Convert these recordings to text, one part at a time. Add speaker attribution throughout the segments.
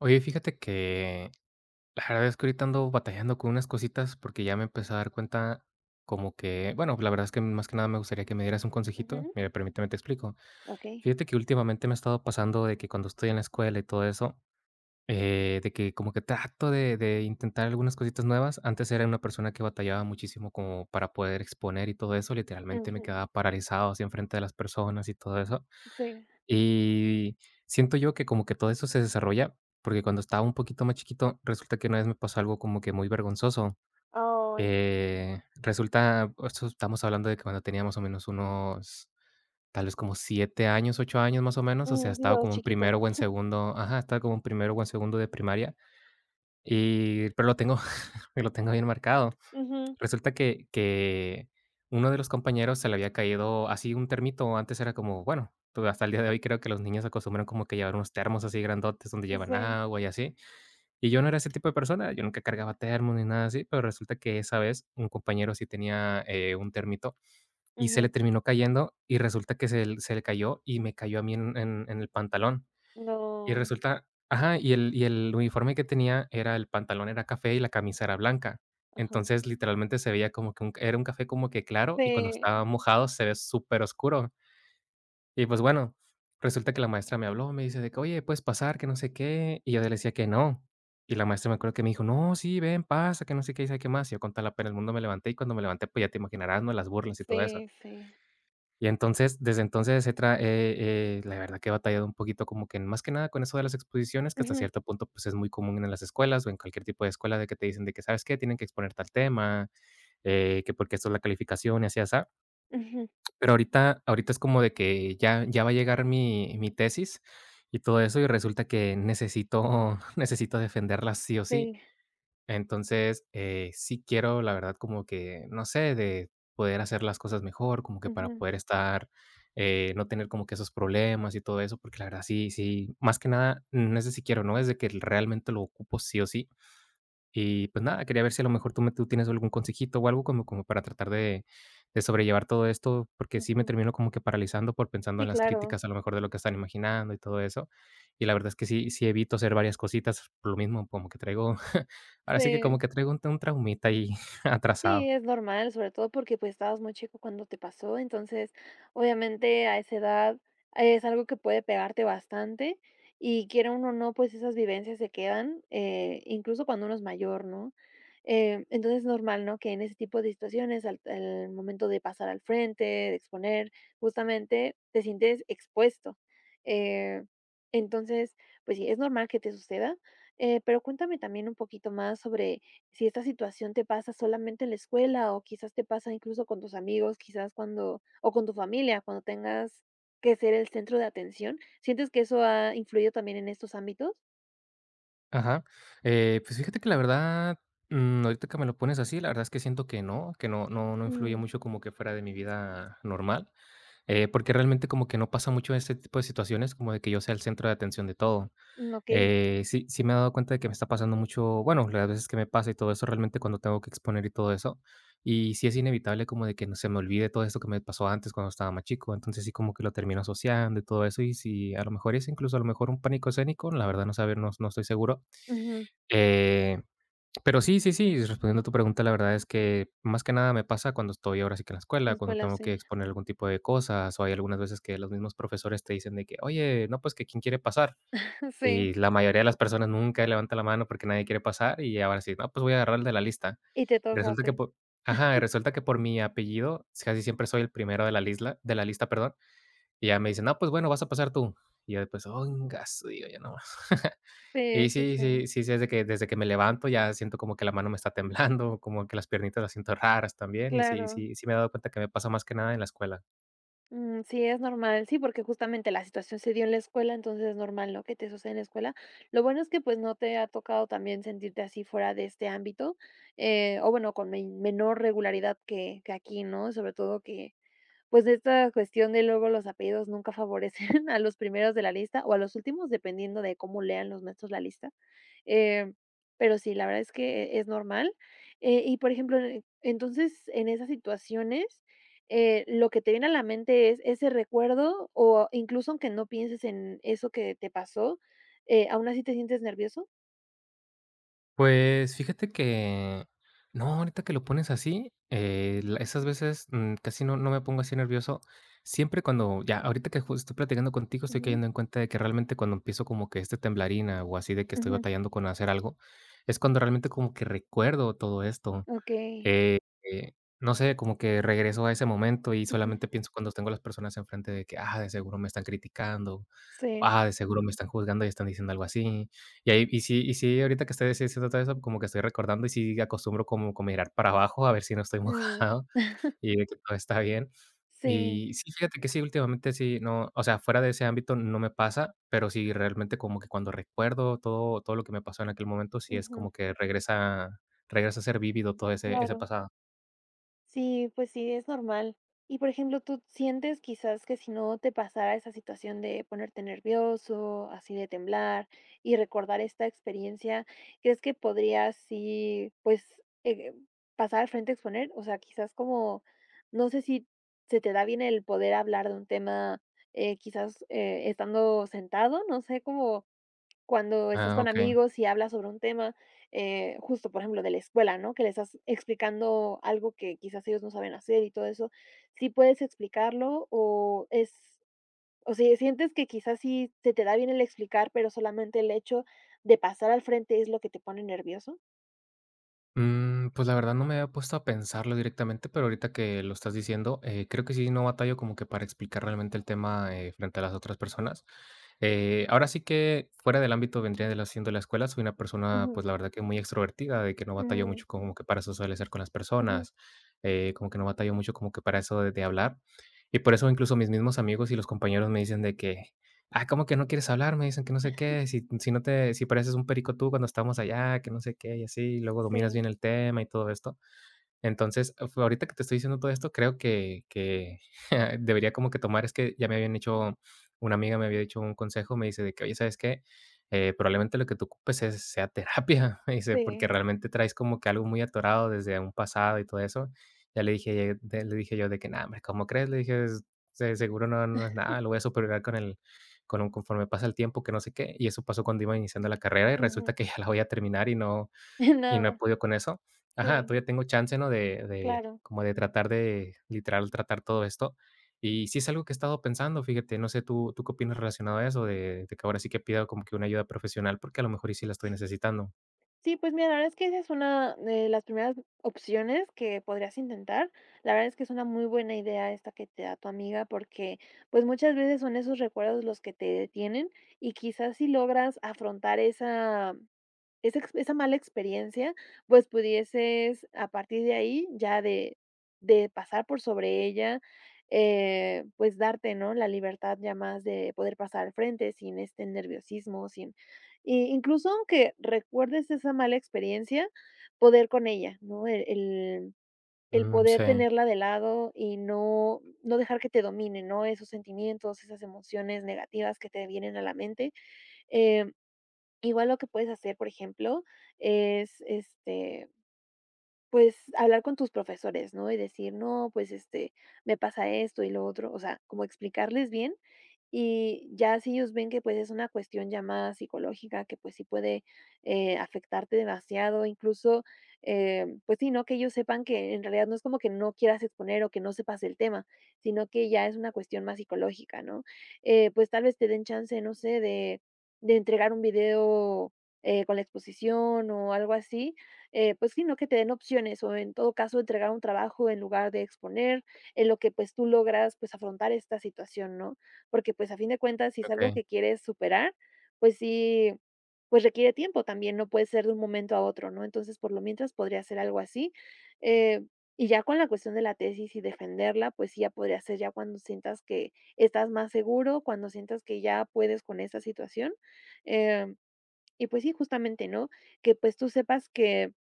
Speaker 1: Oye, fíjate que la verdad es que ahorita ando batallando con unas cositas porque ya me empecé a dar cuenta como que, bueno, la verdad es que más que nada me gustaría que me dieras un consejito.
Speaker 2: Ujú,
Speaker 1: Mira, permíteme te explico.
Speaker 2: okey.
Speaker 1: Fíjate que últimamente me ha estado pasando de que cuando estoy en la escuela y todo eso, de que como que trato de intentar algunas cositas nuevas. Antes era una persona que batallaba muchísimo como para poder exponer y todo eso. Literalmente me
Speaker 2: Ujú,
Speaker 1: quedaba paralizado así enfrente de las personas y todo eso.
Speaker 2: sí.
Speaker 1: Y siento yo que como que todo eso se desarrolla, porque cuando estaba un poquito más chiquito, resulta que una vez me pasó algo como que muy vergonzoso.
Speaker 2: Ay,
Speaker 1: Esto estamos hablando de que cuando tenía más o menos unos, tal vez como 7 años, 8 años más o menos, o sea,
Speaker 2: mm, sí,
Speaker 1: estaba
Speaker 2: lo
Speaker 1: como en
Speaker 2: chiquito.
Speaker 1: primero o en segundo, ajá, estaba como en primero o en segundo de primaria, y pero lo tengo, lo tengo bien marcado.
Speaker 2: Ujú,
Speaker 1: Resulta que uno de los compañeros se le había caído así un termito. Antes era como, bueno, pues, hasta el día de hoy creo que los niños acostumbran como que llevar unos termos así grandotes donde llevan
Speaker 2: sí.
Speaker 1: agua y así. Y yo no era ese tipo de persona, yo nunca cargaba termos ni nada así, pero resulta que esa vez un compañero sí tenía, un termito y se le
Speaker 2: Ujú,
Speaker 1: terminó cayendo y resulta que se le cayó y me cayó a mí en el pantalón. Y
Speaker 2: no
Speaker 1: resulta, ajá, y el uniforme que tenía era el pantalón era café y la camisa era blanca.
Speaker 2: ajá.
Speaker 1: Entonces, literalmente se veía como que un era un café como que claro, y cuando
Speaker 2: Sí,
Speaker 1: estaba mojado se ve súper oscuro. Y, pues, bueno, resulta que la maestra me habló, me dice de que: "Oye, ¿puedes pasar?, que no sé qué". Y yo le decía que no. Y la maestra me acuerdo que me dijo: "No, sí, ven, pasa, que no sé qué y sabe qué más". Y yo con tal la pena el mundo me levanté, y cuando me levanté, pues, ya te imaginarás, ¿no?, las burlas y todo eso.
Speaker 2: sí, sí.
Speaker 1: Y entonces, desde entonces se tra la verdad que he batallado un poquito como que más que nada con eso de las exposiciones, que hasta
Speaker 2: Ujú,
Speaker 1: cierto punto, pues, es muy común en las escuelas o en cualquier tipo de escuela de que te dicen de que: "¿Sabes qué? Tienen que exponer tal tema, que porque esto es la calificación", y así, así.
Speaker 2: ujú,
Speaker 1: Pero ahorita es como de que ya va a llegar mi tesis y todo eso, y resulta que necesito necesito defenderla sí o sí.
Speaker 2: sí.
Speaker 1: Entonces, sí quiero, la verdad, como que, no sé, de poder hacer las cosas mejor, como que para
Speaker 2: Ujú,
Speaker 1: poder estar, no tener como que esos problemas y todo eso, porque la verdad sí, sí, más que nada, no es de si quiero, no es de que realmente lo ocupo sí o sí, y pues nada, quería ver si a lo mejor tú tienes algún consejito o algo como para tratar de sobrellevar todo esto, porque sí me
Speaker 2: ujú.
Speaker 1: termino como que paralizando por pensando
Speaker 2: Sí,
Speaker 1: en las
Speaker 2: claro.
Speaker 1: críticas, a lo mejor de lo que están imaginando y todo eso. Y la verdad es que sí evito hacer varias cositas por lo mismo, como que traigo, ahora sí que
Speaker 2: Sí.
Speaker 1: como que traigo un traumita ahí
Speaker 2: Sí,
Speaker 1: atrasado.
Speaker 2: es normal, sobre todo porque, pues, estabas muy chico cuando te pasó, entonces, obviamente, a esa edad es algo que puede pegarte bastante y quiera uno o no, pues, esas vivencias se quedan, incluso cuando uno es mayor, ¿no? Entonces, es normal, ¿no?, que en ese tipo de situaciones, al momento de pasar al frente, de exponer, justamente, te sientes expuesto. Eh, entonces, pues sí, es normal que te suceda, pero cuéntame también un poquito más sobre si esta situación te pasa solamente en la escuela o quizás te pasa incluso con tus amigos, quizás cuando o con tu familia, cuando tengas que ser el centro de atención, ¿sientes que eso ha influido también en estos ámbitos?
Speaker 1: Ajá. Pues fíjate que la verdad, ahorita que me lo pones así, la verdad es que siento que no, que no influye
Speaker 2: Mm,
Speaker 1: mucho como que fuera de mi vida normal. Porque realmente como que no pasa mucho este tipo de situaciones, como de que yo sea el centro de atención de todo.
Speaker 2: mm, okey.
Speaker 1: Sí, sí me he dado cuenta de que me está pasando mucho, bueno, las veces que me pasa y todo eso, realmente cuando tengo que exponer y todo eso. Y sí es inevitable como de que no se me olvide todo esto que me pasó antes cuando estaba más chico. Entonces sí como que lo termino asociando y todo eso. Y si a lo mejor es incluso a lo mejor un pánico escénico, la verdad no saber, no, no estoy seguro.
Speaker 2: Ujú, en
Speaker 1: Eh, pero sí, sí, sí, respondiendo a tu pregunta, la verdad es que más que nada me pasa cuando estoy ahora sí que en la
Speaker 2: la
Speaker 1: escuela, cuando
Speaker 2: escuela,
Speaker 1: tengo que
Speaker 2: sí.
Speaker 1: exponer algún tipo de cosas, o hay algunas veces que los mismos profesores te dicen de que, oye, no, pues que quién quiere pasar.
Speaker 2: Sí.
Speaker 1: Y la mayoría de las personas nunca levanta la mano porque nadie quiere pasar y ahora sí, no, pues voy a agarrar el de la lista.
Speaker 2: Y te
Speaker 1: Y
Speaker 2: toca a
Speaker 1: resulta que
Speaker 2: ti.
Speaker 1: por, ajá, y resulta que por mi apellido casi siempre soy el primero de la lista, perdón. Y ya me dicen, no, pues bueno, vas a pasar tú. Y yo después, oh, en gas", digo yo.
Speaker 2: Sí,
Speaker 1: Y
Speaker 2: sí,
Speaker 1: sí,
Speaker 2: sí,
Speaker 1: sí, sí, sí, desde que me levanto ya siento como que la mano me está temblando, como que las piernitas las siento raras también, y sí,
Speaker 2: claro.
Speaker 1: sí, sí me he dado cuenta que me pasa más que nada en la escuela.
Speaker 2: Mm, sí, es normal, sí, porque justamente la situación se dio en la escuela, entonces es normal, ¿no?, que te suceda en la escuela. Lo bueno es que, pues, no te ha tocado también sentirte así fuera de este ámbito, o bueno, con men menor regularidad que aquí, ¿no? Sobre todo que, pues, esta cuestión de luego los apellidos nunca favorecen a los primeros de la lista o a los últimos, dependiendo de cómo lean los maestros la lista. Em, pero sí, la verdad es que es normal. Y, por ejemplo, e entonces, en esas situaciones, lo que te viene a la mente es ese recuerdo, o incluso aunque no pienses en eso que te pasó, ¿aún así te sientes nervioso?
Speaker 1: Pues, fíjate que no, ahorita que lo pones así, la esas veces, casi no me pongo así nervioso. Siempre cuando ya ahorita que justo estoy platicando contigo, estoy
Speaker 2: Ujú,
Speaker 1: cayendo en cuenta de que realmente cuando empiezo como que este temblarina o así de que estoy
Speaker 2: ujú,
Speaker 1: batallando con hacer algo, es cuando realmente como que recuerdo todo esto.
Speaker 2: okey,
Speaker 1: Eh, eh, no sé, como que regreso a ese momento y
Speaker 2: ujú,
Speaker 1: solamente pienso cuando tengo las personas enfrente de que, ah, de seguro me están criticando,
Speaker 2: sí,
Speaker 1: ah, de seguro me están juzgando y están diciendo algo así. Y ahí, y sí, ahorita que estoy diciendo todo eso, como que estoy recordando y sí acostumbro como, como mirar para abajo a ver si no estoy
Speaker 2: mm,
Speaker 1: mojado y de que todo está bien.
Speaker 2: sí,
Speaker 1: Y sí, fíjate que sí, últimamente sí, no, o sea, fuera de ese ámbito no me pasa, pero sí realmente como que cuando recuerdo todo, todo lo que me pasó en aquel momento, sí es
Speaker 2: ujú,
Speaker 1: como que regresa, regresa a ser vívido todo ese, ese
Speaker 2: claro.
Speaker 1: pasado.
Speaker 2: Sí, pues sí, es normal. Y por ejemplo, ¿tú sientes quizás que si no te pasara esa situación de ponerte nervioso, así de temblar y recordar esta experiencia, crees que podrías sí, pues pasar al frente a exponer? O sea, quizás como, no sé si se te da bien el poder hablar de un tema, quizás estando sentado, no sé cómo cuando estás
Speaker 1: Ah,
Speaker 2: con
Speaker 1: okey.
Speaker 2: amigos y hablas sobre un tema, justo, por ejemplo, de la escuela, ¿no? Que le estás explicando algo que quizás ellos no saben hacer y todo eso, ¿sí puedes explicarlo o es o si sientes que quizás sí se te da bien el explicar, pero solamente el hecho de pasar al frente es lo que te pone nervioso?
Speaker 1: Mm, pues, la verdad no me había puesto a pensarlo directamente, pero ahorita que lo estás diciendo, creo que sí, no batallo como que para explicar realmente el tema, frente a las otras personas. Ahora sí que fuera del ámbito vendría de la siendo la escuela, soy una persona,
Speaker 2: Ujú,
Speaker 1: pues, la verdad que muy extrovertida, de que no batallo
Speaker 2: ujú,
Speaker 1: mucho como que para socializar con las
Speaker 2: ujú.
Speaker 1: personas, como que no batallo mucho como que para eso de hablar. Y por eso incluso mis mismos amigos y los compañeros me dicen de que: Ah, ¿cómo que no quieres hablar? Me dicen que no sé qué, si no te si pareces un perico tú cuando estamos allá, que no sé qué, y así, y luego dominas bien
Speaker 2: Sí,
Speaker 1: el tema y todo esto. Entonces, af ahorita que te estoy diciendo todo esto, creo que debería como que tomar, es que ya me habían hecho, una amiga me había dicho un consejo, me dice de que: "Oye, ¿sabes qué? Probablemente lo que tú ocupes es sea terapia", me dice, "porque
Speaker 2: sí.
Speaker 1: realmente traes como que algo muy atorado desde un pasado y todo eso". Ya le dije, de le dije yo de que: "No, hombre, ¿cómo crees?", le dije, "s se seguro no es nada, lo voy a superar con el con un conforme pasa el tiempo, que no sé qué". Y eso pasó cuando iba iniciando la carrera y
Speaker 2: Ujú.
Speaker 1: resulta que ya la voy a terminar y y no he
Speaker 2: Nada,
Speaker 1: podido con eso. Ajá,
Speaker 2: sí,
Speaker 1: todavía tengo chance, ¿no? De
Speaker 2: claro.
Speaker 1: como de tratar de, literal, tratar todo esto. Y sí es algo que he estado pensando, fíjate, no sé, tú qué opinas relacionado a eso? De que ahora sí que pida como que una ayuda profesional, porque a lo mejor y sí la estoy necesitando.
Speaker 2: Sí, pues mira, la verdad es que esa es una de las primeras opciones que podrías intentar. La verdad es que es una muy buena idea esta que te da tu amiga porque pues muchas veces son esos recuerdos los que te detienen y quizás si logras afrontar esa esa ex esa mala experiencia, pues, pudieses a partir de ahí, ya de pasar por sobre ella, pues, darte, ¿no?, la libertad ya más de poder pasar al frente sin este nerviosismo, sin i incluso aunque recuerdes esa mala experiencia, poder con ella, ¿no?, el el
Speaker 1: Mm,
Speaker 2: poder
Speaker 1: sí,
Speaker 2: tenerla de lado y no no dejar que te domine, ¿no?, esos sentimientos, esas emociones negativas que te vienen a la mente, em Igual lo que puedes hacer, por ejemplo, es, este, pues, hablar con tus profesores, ¿no? Y decir: "No, pues, este, me pasa esto y lo otro", o sea, como explicarles bien, y ya si ellos ven que, pues, es una cuestión ya más psicológica, que, pues, sí puede, afectarte demasiado, incluso, pues sí, ¿no? Que ellos sepan que en realidad no es como que no quieras exponer o que no sepas el tema, sino que ya es una cuestión más psicológica, ¿no? Pues, tal vez te den chance, no sé, de entregar un video, con la exposición o algo así, pues sí, ¿no? Que te den opciones o en todo caso entregar un trabajo en lugar de exponer, en lo que pues tú logras pues afrontar esta situación, ¿no? Porque pues a fin de cuentas si es algo
Speaker 1: okey,
Speaker 2: que quieres superar, pues sí, pues requiere tiempo también, no puede ser de un momento a otro, ¿no? Entonces por lo mientras podría ser algo así. eh, y ya con la cuestión de la tesis y defenderla, pues sí, ya podría ser ya cuando sientas que estás más seguro, cuando sientas que ya puedes con esta situación. eh, y pues sí, justamente, ¿no? Que pues tú sepas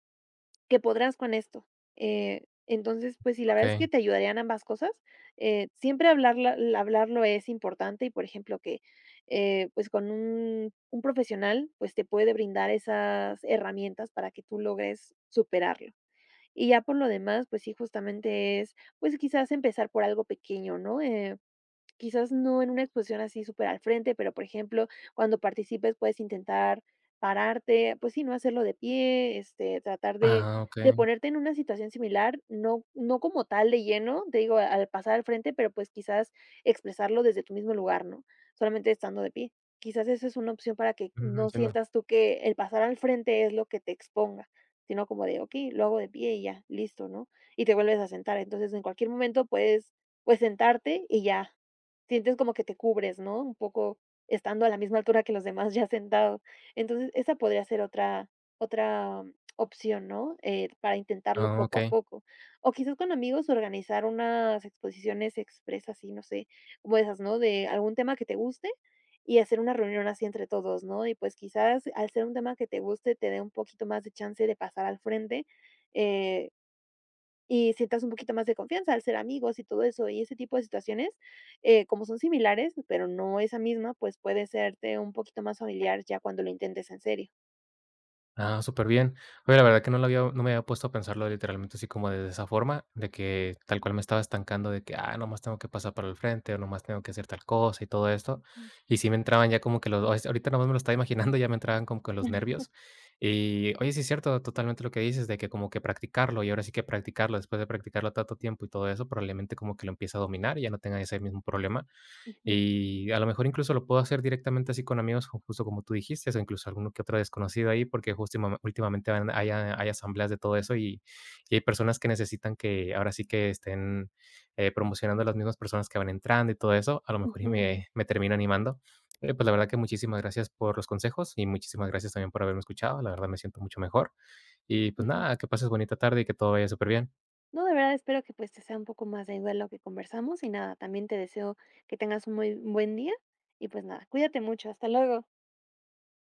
Speaker 2: que podrás con esto. Entonces, pues sí, la verdad es
Speaker 1: okey.
Speaker 2: que te ayudarían ambas cosas. Siempre hablarla hablarlo es importante y, por ejemplo, que, pues, con un profesional, pues, te puede brindar esas herramientas para que tú logres superarlo. Y ya por lo demás, pues sí, justamente es, pues, quizás empezar por algo pequeño, ¿no? Quizás no en una exposición así súper al frente, pero, por ejemplo, cuando participes puedes intentar pararte, pues sí, no hacerlo de pie, este, tratar
Speaker 1: Ah,
Speaker 2: de
Speaker 1: okey.
Speaker 2: ponerte en una situación similar, no no como tal de lleno, te digo, al pasar al frente, pero, pues, quizás expresarlo desde tu mismo lugar, ¿no? Solamente estando de pie. Quizás eso es una opción para que
Speaker 1: Mm,
Speaker 2: no
Speaker 1: entiendo.
Speaker 2: sientas tú que el pasar al frente es lo que te exponga, sino como de: "Okey, lo hago de pie y ya, listo", ¿no? Y te vuelves a sentar. Entonces, en cualquier momento puedes, pues, sentarte y ya. Sientes como que te cubres, ¿no? Un poco estando a la misma altura que los demás ya sentado. Entonces, esa podría ser otra otra mm, opción, ¿no? Para intentarlo
Speaker 1: Ah,
Speaker 2: poco a
Speaker 1: okey.
Speaker 2: poco. O quizás con amigos organizar unas exposiciones expresas, así, no sé, como esas, ¿no? De algún tema que te guste y hacer una reunión así entre todos, ¿no? Y pues quizás al ser un tema que te guste te dé un poquito más de chance de pasar al frente, eh, y sientas un poquito más de confianza al ser amigos y todo eso, y ese tipo de situaciones, como son similares, pero no esa misma, pues, puede serte un poquito más familiar ya cuando lo intentes en serio.
Speaker 1: Ah, súper bien. Oye, la verdad que no me había puesto a pensarlo literalmente así como de esa forma, de que tal cual me estaba estancando de que, ah, nomás tengo que pasar para el frente, o nomás tengo que hacer tal cosa y todo esto. Y sí me entraban ya como que los ahorita nomás me lo estaba imaginando, ya me entraban como que los
Speaker 2: Ujú,
Speaker 1: nervios. Y, oye, sí es cierto, totalmente lo que dices, de que como que practicarlo, y ahora sí que practicarlo, después de practicarlo tanto tiempo y todo eso, probablemente como que lo empieza a dominar y ya no tenga ese mismo problema.
Speaker 2: ujú,
Speaker 1: Y a lo mejor incluso lo puedo hacer directamente así con amigos, ju justo como tú dijiste, o incluso alguno que otro desconocido ahí, porque justo imame últimamente van hay asambleas de todo eso y hay personas que necesitan que ahora sí que estén, promocionando a las mismas personas que van entrando y todo eso, a lo mejor y
Speaker 2: ujú,
Speaker 1: me termino animando. Oye, pues la verdad que muchísimas gracias por los consejos y muchísimas gracias también por haberme escuchado, la verdad me siento mucho mejor. Y pues
Speaker 2: ujú.
Speaker 1: nada, que pases bonita tarde y que todo vaya súper bien.
Speaker 2: No, de verdad espero que, pues, te sea un poco más de ayuda lo que conversamos y nada, también te deseo que tengas un muy buen día y, pues, nada, cuídate mucho. Hasta luego.